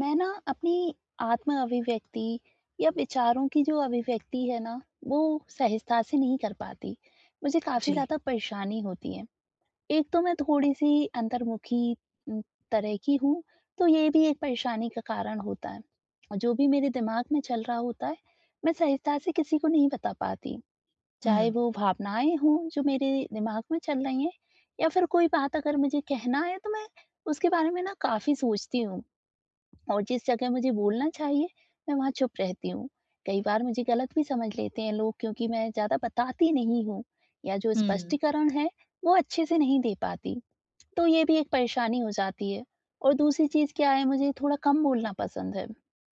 मैं ना अपनी आत्म अभिव्यक्ति या विचारों की जो अभिव्यक्ति है ना, वो सहजता से नहीं कर पाती। मुझे काफ़ी जी। ज़्यादा परेशानी होती है। एक तो मैं थोड़ी-सी अंतर्मुखी उम, तरह की हूँ, तो ये भी एक परेशानी का कारण होता है। और जो भी मेरे दिमाग में चल रहा होता है, मैं सहजता से किसी को नहीं बता पाती। चाहे हुँ, वो भावनाएँ हों जो मेरे दिमाग में चल रही हैं या फिर कोई बात अगर मुझे कहना है, तो मैं उसके बारे में ना काफ़ी सोचती हूँ। और जिस जगह मुझे बोलना चाहिए, मैं वहाँ चुप रहती हूँ। कई बार मुझे गलत भी समझ लेते हैं लोग क्योंकि मैं ज़्यादा बताती नहीं हूँ या जो हुँ, स्पष्टीकरण है, वो अच्छे से नहीं दे पाती। तो ये भी एक परेशानी हो जाती है और दूसरी चीज़ क्या है मुझे थोड़ा कम बोलना पसंद है।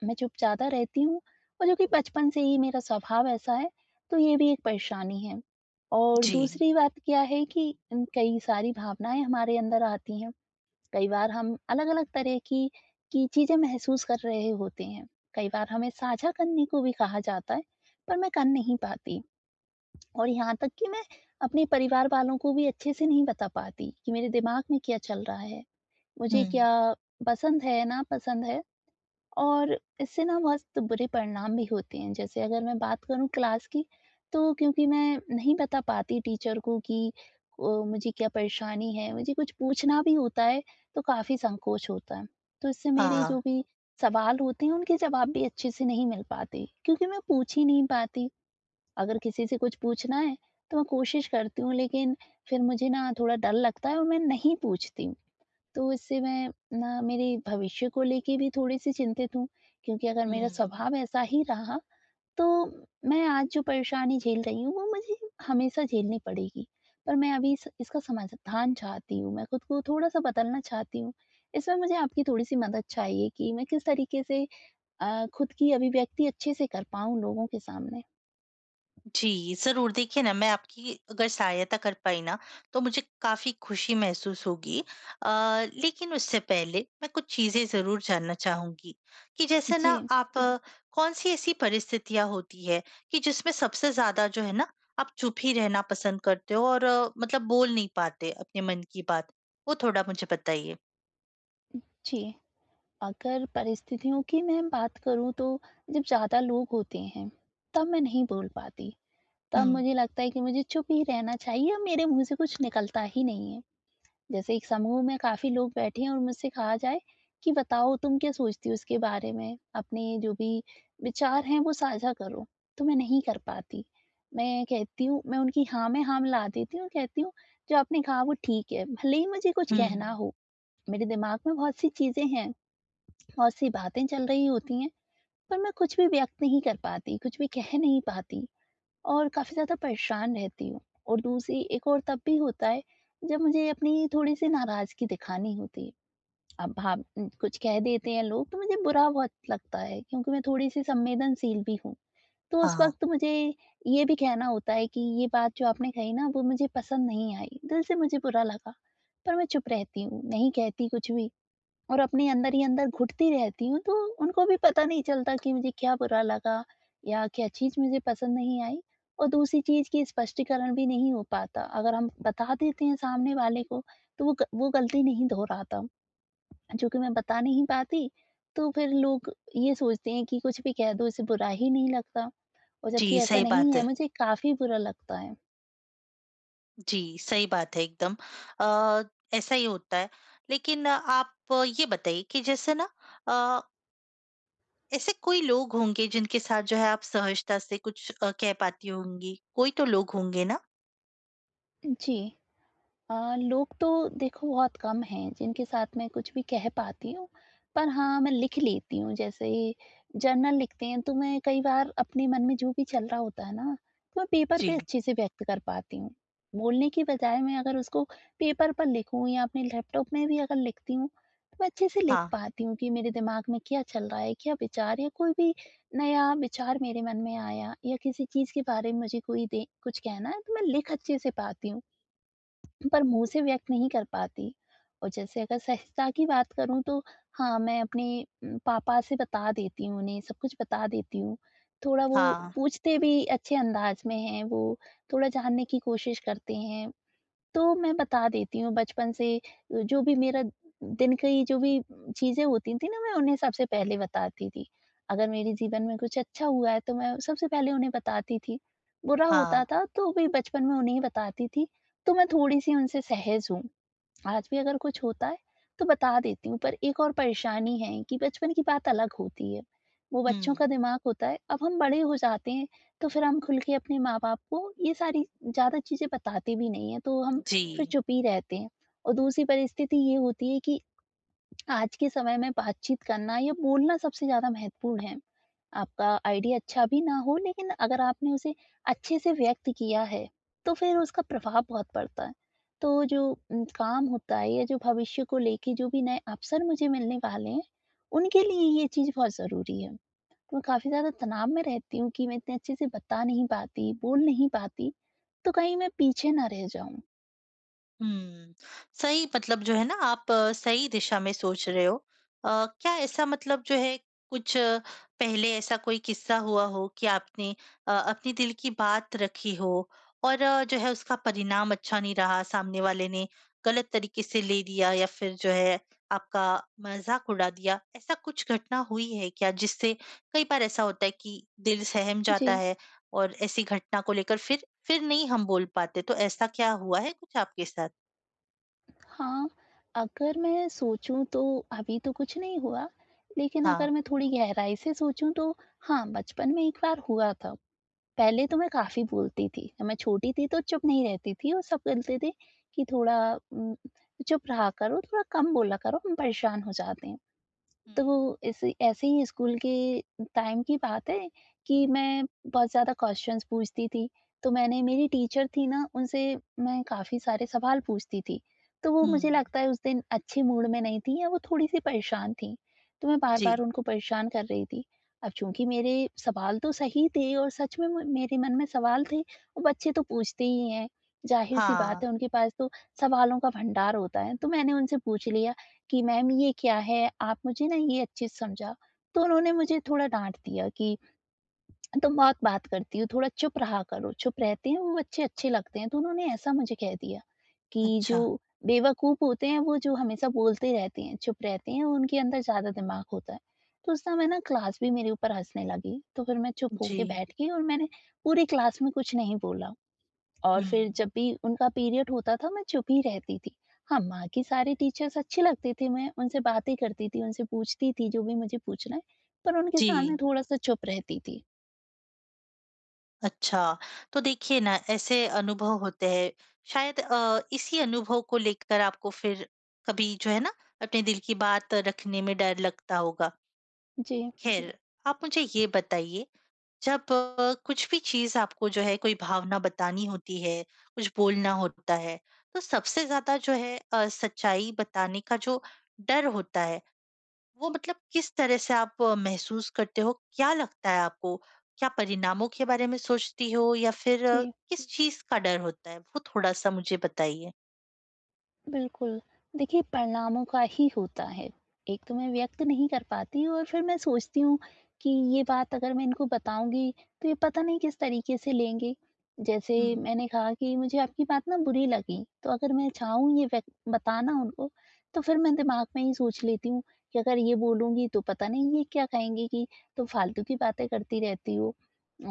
मैं चुप ज़्यादा रहती हूँ और जो कि बचपन से ही मेरा स्वभाव ऐसा है, तो ये भी एक परेशानी है। और जी। दूसरी बात क्या है कि कई सारी भावनाएँ हमारे अंदर आती हैं। कई बार हम अलग-अलग तरह की चीज़ें महसूस कर रहे होते हैं। कई बार हमें साझा करने को भी कहा जाता है, पर मैं कर नहीं पाती और यहाँ तक कि मैं अपने परिवार वालों को भी अच्छे से नहीं बता पाती कि मेरे दिमाग में क्या चल रहा है। मुझे हुँ, क्या पसंद है, नापसंद है। और इससे ना बहुत बुरे परिणाम भी होते हैं। जैसे अगर मैं बात करूँ क्लास की, तो क्योंकि मैं नहीं बता पाती टीचर को कि मुझे क्या परेशानी है, मुझे कुछ पूछना भी होता है, तो काफ़ी संकोच होता है। तो इससे मेरे हाँ, जो भी सवाल होते हैं, उनके जवाब भी अच्छे से नहीं मिल पाते, क्योंकि मैं पूछ ही नहीं पाती। अगर किसी से कुछ पूछना है, तो मैं कोशिश करती हूँ, लेकिन फिर मुझे ना थोड़ा डर लगता है और मैं नहीं पूछती। तो इससे मैं ना मेरे भविष्य को लेके भी थोड़ी-सी चिंतित हूँ, क्योंकि अगर मेरा हुँ। स्वभाव ऐसा ही रहा, तो मैं आज जो परेशानी झेल रही हूँ, वो मुझे हमेशा झेलनी पड़ेगी। पर मैं अभी इस इसका समाधान चाहती हूँ, मैं खुद को थोड़ा-सा बदलना चाहती हूँ। इसमें मुझे आपकी थोड़ी-सी मदद चाहिए कि मैं किस तरीके से खुद की अभिव्यक्ति अच्छे से कर पाऊँ लोगों के सामने। जी, ज़रूर देखिए ना मैं आपकी अगर सहायता कर पाई ना, तो मुझे काफ़ी खुशी महसूस होगी। अ, लेकिन उससे पहले मैं कुछ चीज़ें ज़रूर जानना चाहूँगी, कि जैसे ना जी, आप कौन-सी ऐसी परिस्थितियाँ होती है कि जिसमें सबसे ज़्यादा जो है ना, आप चुप ही रहना पसंद करते हो और मतलब बोल नहीं पाते अपने मन की बात? वो थोड़ा मुझे बताइए। जी। अगर परिस्थितियों की मैं बात करूँ, तो जब ज़्यादा लोग होते हैं, तब मैं नहीं बोल पाती। तब हुँ, मुझे लगता है कि मुझे चुप ही रहना चाहिए और मेरे मुँह से कुछ निकलता ही नहीं है। जैसे एक समूह में काफ़ी लोग बैठे हैं और मुझसे कहा जाए कि बताओ तुम क्या सोचती हो इसके बारे में? अपने जो भी विचार हैं वो साझा करो। तो मैं नहीं कर पाती। मैं कहती हूँ मैं उनकी हाँ में हाँ मिला देती हूँ और कहती हूँ जो आपने कहा वो ठीक है। भले ही मुझे कुछ हुँ। कहना हो, मेरे दिमाग में बहुत सी चीज़ें हैं, बहुत सी बातें चल रही होती हैं, पर मैं कुछ भी व्यक्त नहीं कर पाती, कुछ भी कह नहीं पाती। और काफ़ी ज़्यादा परेशान रहती हूँ। और दूसरी एक और तब भी होता है जब मुझे अपनी थोड़ी-सी नाराज़गी दिखानी होती है। अब भाव कुछ कह देते हैं लोग तो मुझे बुरा बहुत लगता है क्योंकि मैं थोड़ी-सी संवेदनशील भी हूँ। तो हाँ, उस हाँ। वक़्त मुझे ये भी कहना होता है कि ये बात जो आपने कही ना वो मुझे पसंद नहीं आई, दिल से मुझे बुरा लगा। पर मैं चुप रहती हूँ, नहीं कहती कुछ भी। और अपने अंदर ही अंदर घुटती रहती हूँ, तो उनको भी पता नहीं चलता कि मुझे क्या बुरा लगा या क्या चीज़ मुझे पसंद नहीं आई और दूसरी चीज़ की स्पष्टीकरण भी नहीं हो पाता। अगर हम बता देते हैं सामने वाले को, तो वो गलती नहीं दोहराता। चूँकि मैं बता नहीं पाती, तो फिर लोग ये सोचते हैं कि कुछ भी कह दो, इसे बुरा ही नहीं लगता और जी, जबकि ऐसा सही नहीं बात है, है। मुझे काफ़ी बुरा लगता है। जी, सही बात है एकदम। अ, ऐसा ही होता है। लेकिन आप ये बताइए कि जैसे ना अ, ऐसे कोई लोग होंगे जिनके साथ जो है आप सहजता से कुछ कह पाती होंगी? कोई तो लोग होंगे ना? जी। लोग तो देखो बहुत कम हैं जिनके साथ मैं कुछ भी कह पाती हूँ, पर हाँ, मैं लिख लेती हूँ। जैसे जर्नल लिखते हैं तो मैं कई बार अपने मन में जो भी चल रहा होता है ना, तो मैं पेपर पे जी। अच्छे से व्यक्त कर पाती हूँ। बोलने की बजाय मैं अगर उसको पेपर पर लिखूँ या अपने लैपटॉप में भी अगर लिखती हूँ, तो मैं अच्छे से लिख हाँ, पाती हूँ कि मेरे दिमाग में क्या चल रहा है, क्या विचार या कोई भी नया विचार मेरे मन में आया या किसी चीज़ के बारे में मुझे कोई दे कुछ कहना है, तो मैं लिख अच्छे से पाती हूँ। पर मुँह से व्यक्त नहीं कर पाती। और जैसे अगर सहजता की बात करूँ तो हाँ, मैं अपने पापा से बता देती हूँ उन्हें, सब कुछ बता देती हूँ। थोड़ा वो हाँ, पूछते भी अच्छे अंदाज़ में हैं, वो थोड़ा जानने की कोशिश करते हैं। तो मैं बता देती हूँ बचपन से जो भी मेरा दिन की जो भी चीज़ें होती थी ना मैं उन्हें सबसे पहले बताती थी। अगर मेरे जीवन में कुछ अच्छा हुआ है तो मैं सबसे पहले उन्हें बताती थी। बुरा हाँ। होता था तो भी बचपन में उन्हें ही बताती थी। तो मैं थोड़ी-सी उनसे सहज हूँ। आज भी अगर कुछ होता है तो बता देती हूँ, पर एक और परेशानी है कि बचपन की बात अलग होती है। वो हुँ, बच्चों का दिमाग होता है, अब हम बड़े हो जाते हैं, तो फिर हम खुल के अपने माँ-बाप को ये सारी ज़्यादा चीज़ें बताते भी नहीं हैं, तो हम जी। फिर चुप ही रहते हैं। और दूसरी परिस्थिति ये होती है कि आज के समय में बातचीत करना या बोलना सबसे ज़्यादा महत्वपूर्ण है। आपका आइडिया अच्छा भी ना हो लेकिन अगर आपने उसे अच्छे से व्यक्त किया है तो फिर उसका प्रभाव बहुत पड़ता है। तो जो काम होता है या जो भविष्य को लेके जो भी नए अवसर मुझे मिलने वाले हैं, उनके लिए ये चीज़ बहुत ज़रूरी है। मैं काफ़ी ज़्यादा तनाव में रहती हूँ कि मैं इतने अच्छे से बता नहीं पाती, बोल नहीं पाती, तो कहीं मैं पीछे ना रह जाऊँ। हुँ। सही मतलब जो है ना आप सही दिशा में सोच रहे हो। क्या ऐसा मतलब जो है कुछ पहले ऐसा कोई किस्सा हुआ हो कि आपने अपने दिल की बात रखी हो और जो है उसका परिणाम अच्छा नहीं रहा, सामने वाले ने गलत तरीके से ले लिया या फिर जो है आपका मज़ाक उड़ा दिया, ऐसा कुछ घटना हुई है क्या? जिससे कई बार ऐसा होता है कि दिल सहम जी। जाता है और ऐसी घटना को लेकर फिर नहीं हम बोल पाते, तो ऐसा क्या हुआ है कुछ आपके साथ? हाँ, अगर मैं सोचूँ तो अभी तो कुछ नहीं हुआ, लेकिन अगर हाँ। मैं थोड़ी गहराई से सोचूँ तो हाँ, बचपन में एक बार हुआ था। पहले तो मैं काफ़ी बोलती थी, जब मैं छोटी थी तो चुप नहीं रहती थी और सब बोलते थे कि थोड़ा उम, चुप रहा करो, थोड़ा कम बोला करो, हम परेशान हो जाते हैं। हुँ। तो वो ऐसे ऐसे ही स्कूल के टाइम की बात है कि मैं बहुत ज़्यादा क्वेश्चंस पूछती थी। तो मैंने मेरी टीचर थी ना, उनसे मैं काफ़ी सारे सवाल पूछती थी। तो वो हुँ, मुझे लगता है उस दिन अच्छे मूड में नहीं थी या वो थोड़ी-सी परेशान थी। तो मैं जी। बार-बार उनको परेशान कर रही थी। अब चूँकि मेरे सवाल तो सही थे और सच में म मेरे मन में सवाल थे और बच्चे तो पूछते ही हैं। ज़ाहिर-सी बात हाँ, है उनके पास तो सवालों का भंडार होता है। तो मैंने उनसे पूछ लिया कि मैम ये क्या है? आप मुझे ना ये अच्छे से समझा। तो उन्होंने मुझे थोड़ा डाँट दिया कि तुम बहुत बात करती हो, थोड़ा चुप रहा करो, चुप रहते हैं वो बच्चे अच्छे लगते हैं। तो उन्होंने ऐसा मुझे कह दिया कि जो अच्छा, बेवकूफ़ होते हैं वो जो हमेशा बोलते रहते हैं, चुप रहते हैं, उनके अंदर ज़्यादा दिमाग होता है। तो उस समय ना क्लास भी मेरे ऊपर हँसने लगी। तो फिर मैं चुप होके जी। बैठ गई और मैंने पूरी क्लास में कुछ नहीं बोला। और हुँ, फिर जब भी उनका पीरियड होता था मैं चुप ही रहती थी। हाँ, माँ के सारे टीचर्स अच्छे लगते थे, मैं उनसे बातें करती थी, उनसे पूछती थी जो भी मुझे पूछना है, पर उनके सामने जी, थोड़ा-सा चुप रहती थी। अच्छा। तो देखिए ना ऐसे अनुभव होते हैं, शायद इसी अनुभव को लेकर आपको फिर कभी जो है ना अपने दिल की बात रखने में डर लगता होगा। जी, जी। ख़ैर, आप मुझे ये बताइए जब कुछ भी चीज़ आपको जो है कोई भावना बतानी होती है, कुछ बोलना होता है, तो सबसे ज़्यादा जो है सच्चाई बताने का जो डर होता है वो मतलब किस तरह से आप महसूस करते हो? क्या लगता है आपको? क्या परिणामों के बारे में सोचती हो या फिर जी। किस चीज़ का डर होता है? वो थोड़ा-सा मुझे बताइए। बिल्कुल। देखिए परिणामों का ही होता है। एक तो मैं व्यक्त नहीं कर पाती और फिर मैं सोचती हूँ कि ये बात अगर मैं इनको बताऊँगी तो ये पता नहीं किस तरीके से लेंगे। जैसे हुँ, मैंने कहा कि मुझे आपकी बात ना बुरी लगी, तो अगर मैं चाहूँ ये व्यक्त बताना उनको तो फिर मैं दिमाग में ही सोच लेती हूँ कि अगर ये बोलूँगी तो पता नहीं ये क्या कहेंगे कि तुम फालतू की बातें करती रहती हो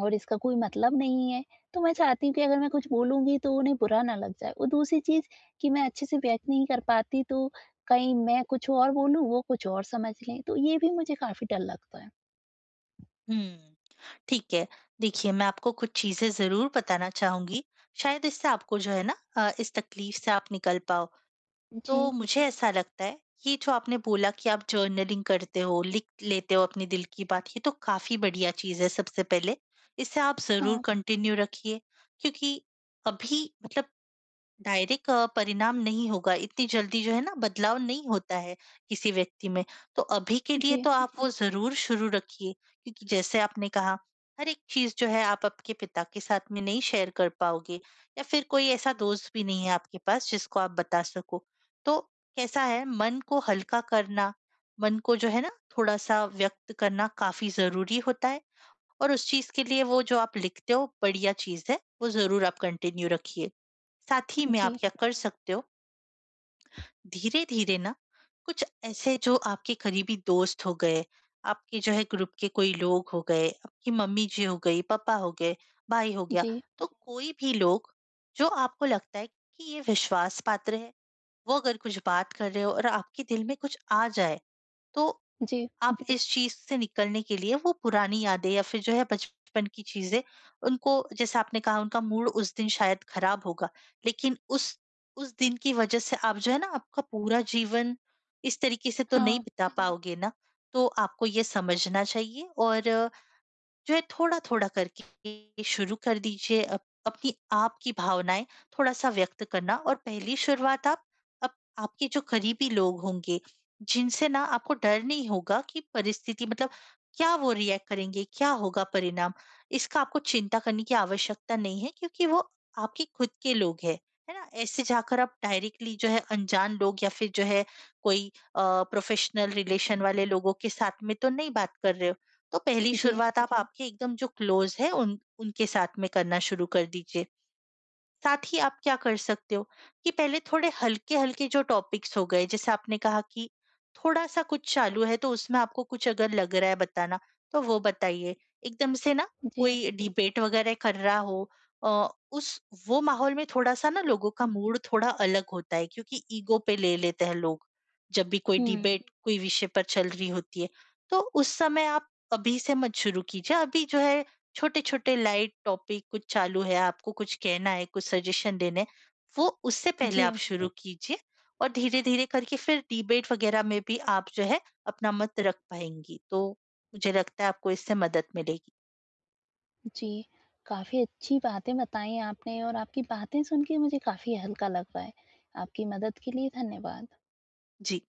और इसका कोई मतलब नहीं है। तो मैं चाहती हूँ कि अगर मैं कुछ बोलूँगी तो उन्हें बुरा ना लग जाए और दूसरी चीज़ कि मैं अच्छे से व्यक्त नहीं कर पाती तो कहीं मैं कुछ और बोलूँ वो कुछ और समझ लें, तो ये भी मुझे काफ़ी डर लगता है। हुँ, ठीक है। देखिए, मैं आपको कुछ चीज़ें ज़रूर बताना चाहूँगी, शायद इससे आपको जो है ना इस तकलीफ से आप निकल पाओ। जी, तो मुझे ऐसा लगता है, ये जो आपने बोला कि आप जर्नलिंग करते हो, लिख लेते हो अपनी दिल की बात, ये तो काफ़ी बढ़िया चीज़ है सबसे पहले। इसे आप ज़रूर हाँ, कंटिन्यू रखिए क्योंकि अभी मतलब डायरेक्ट परिणाम नहीं होगा, इतनी जल्दी जो है ना बदलाव नहीं होता है किसी व्यक्ति में। तो अभी के लिए जी, तो आप वो ज़रूर शुरू रखिए क्योंकि जैसे आपने कहा, हर एक चीज़ जो है आप आपके पिता के साथ में नहीं शेयर कर पाओगे या फिर कोई ऐसा दोस्त भी नहीं है आपके पास जिसको आप बता सको। तो कैसा है मन को हल्का करना, मन को जो है ना थोड़ा-सा व्यक्त करना काफ़ी ज़रूरी होता है और उस चीज़ के लिए वो जो आप लिखते हो बढ़िया चीज़ है, वो ज़रूर आप कंटिन्यू रखिए। साथ ही में आप जी, क्या कर सकते हो, धीरे-धीरे ना कुछ ऐसे जो आपके करीबी दोस्त हो गए, आपके जो है ग्रुप के कोई लोग हो गए, आपकी मम्मी जी हो गई, पापा हो गए, भाई हो गया, जी, तो कोई भी लोग जो आपको लगता है कि ये विश्वास पात्र है, वो अगर कुछ बात कर रहे हो और आपके दिल में कुछ आ जाए, तो जी, आप इस चीज़ से निकलने के लिए वो पुरानी यादें या फिर जो है बचपन की चीज़ें उनको जैसे आपने कहा उनका मूड उस दिन शायद खराब होगा, लेकिन उस दिन की वज़ह से आप जो है ना आपका पूरा जीवन इस तरीके से तो हाँ, नहीं बिता हुँ, हुँ। पाओगे ना, तो आपको ये समझना चाहिए और जो है थोड़ा-थोड़ा करके शुरू कर दीजिए अप अपनी आपकी भावनाएँ थोड़ा-सा व्यक्त करना और पहली शुरुआत आप अप आपके जो करीबी लोग होंगे, जिनसे ना आपको डर नहीं होगा कि परिस्थिति मतलब क्या वो रिएक्ट करेंगे, क्या होगा परिणाम? इसका आपको चिंता करने की आवश्यकता नहीं है क्योंकि वो आपके खुद के लोग हैं, है ना? ऐसे जाकर आप डायरेक्टली जो है अनजान लोग या फिर जो है कोई अ, प्रोफ़ेशनल रिलेशन वाले लोगों के साथ में तो नहीं बात कर रहे हो। तो पहली जी, शुरुआत आप आपके एकदम जो क्लोज़ है उन उनके साथ में करना शुरू कर दीजिए। साथ ही आप क्या कर सकते हो कि पहले थोड़े हल्के-हल्के जो टॉपिक्स हो गए, जैसे आपने कहा कि थोड़ा-सा कुछ चालू है, तो उसमें आपको कुछ अगर लग रहा है बताना, तो वो बताइए। एकदम से ना जी, कोई डिबेट वगैरह कर रहा हो, उस वो माहौल में थोड़ा-सा ना लोगों का मूड थोड़ा अलग होता है क्योंकि ईगो पे ले लेते हैं लोग, जब भी कोई हुँ, डिबेट कोई विषय पर चल रही होती है। तो उस समय आप अभी से मत शुरू कीजिए, अभी जो है छोटे छोटे लाइट टॉपिक कुछ चालू है, आपको कुछ कहना है, कुछ सजेशन देने हैं, वो उससे पहले आप जी, शुरू कीजिए और धीरे धीरे करके फिर डिबेट वगैरह में भी आप जो है अपना मत रख पाएंगी, तो मुझे लगता है आपको इससे मदद मिलेगी। जी। काफ़ी अच्छी बातें बताई आपने और आपकी बातें सुन के मुझे काफ़ी हल्का लग रहा है। आपकी मदद के लिए धन्यवाद। जी।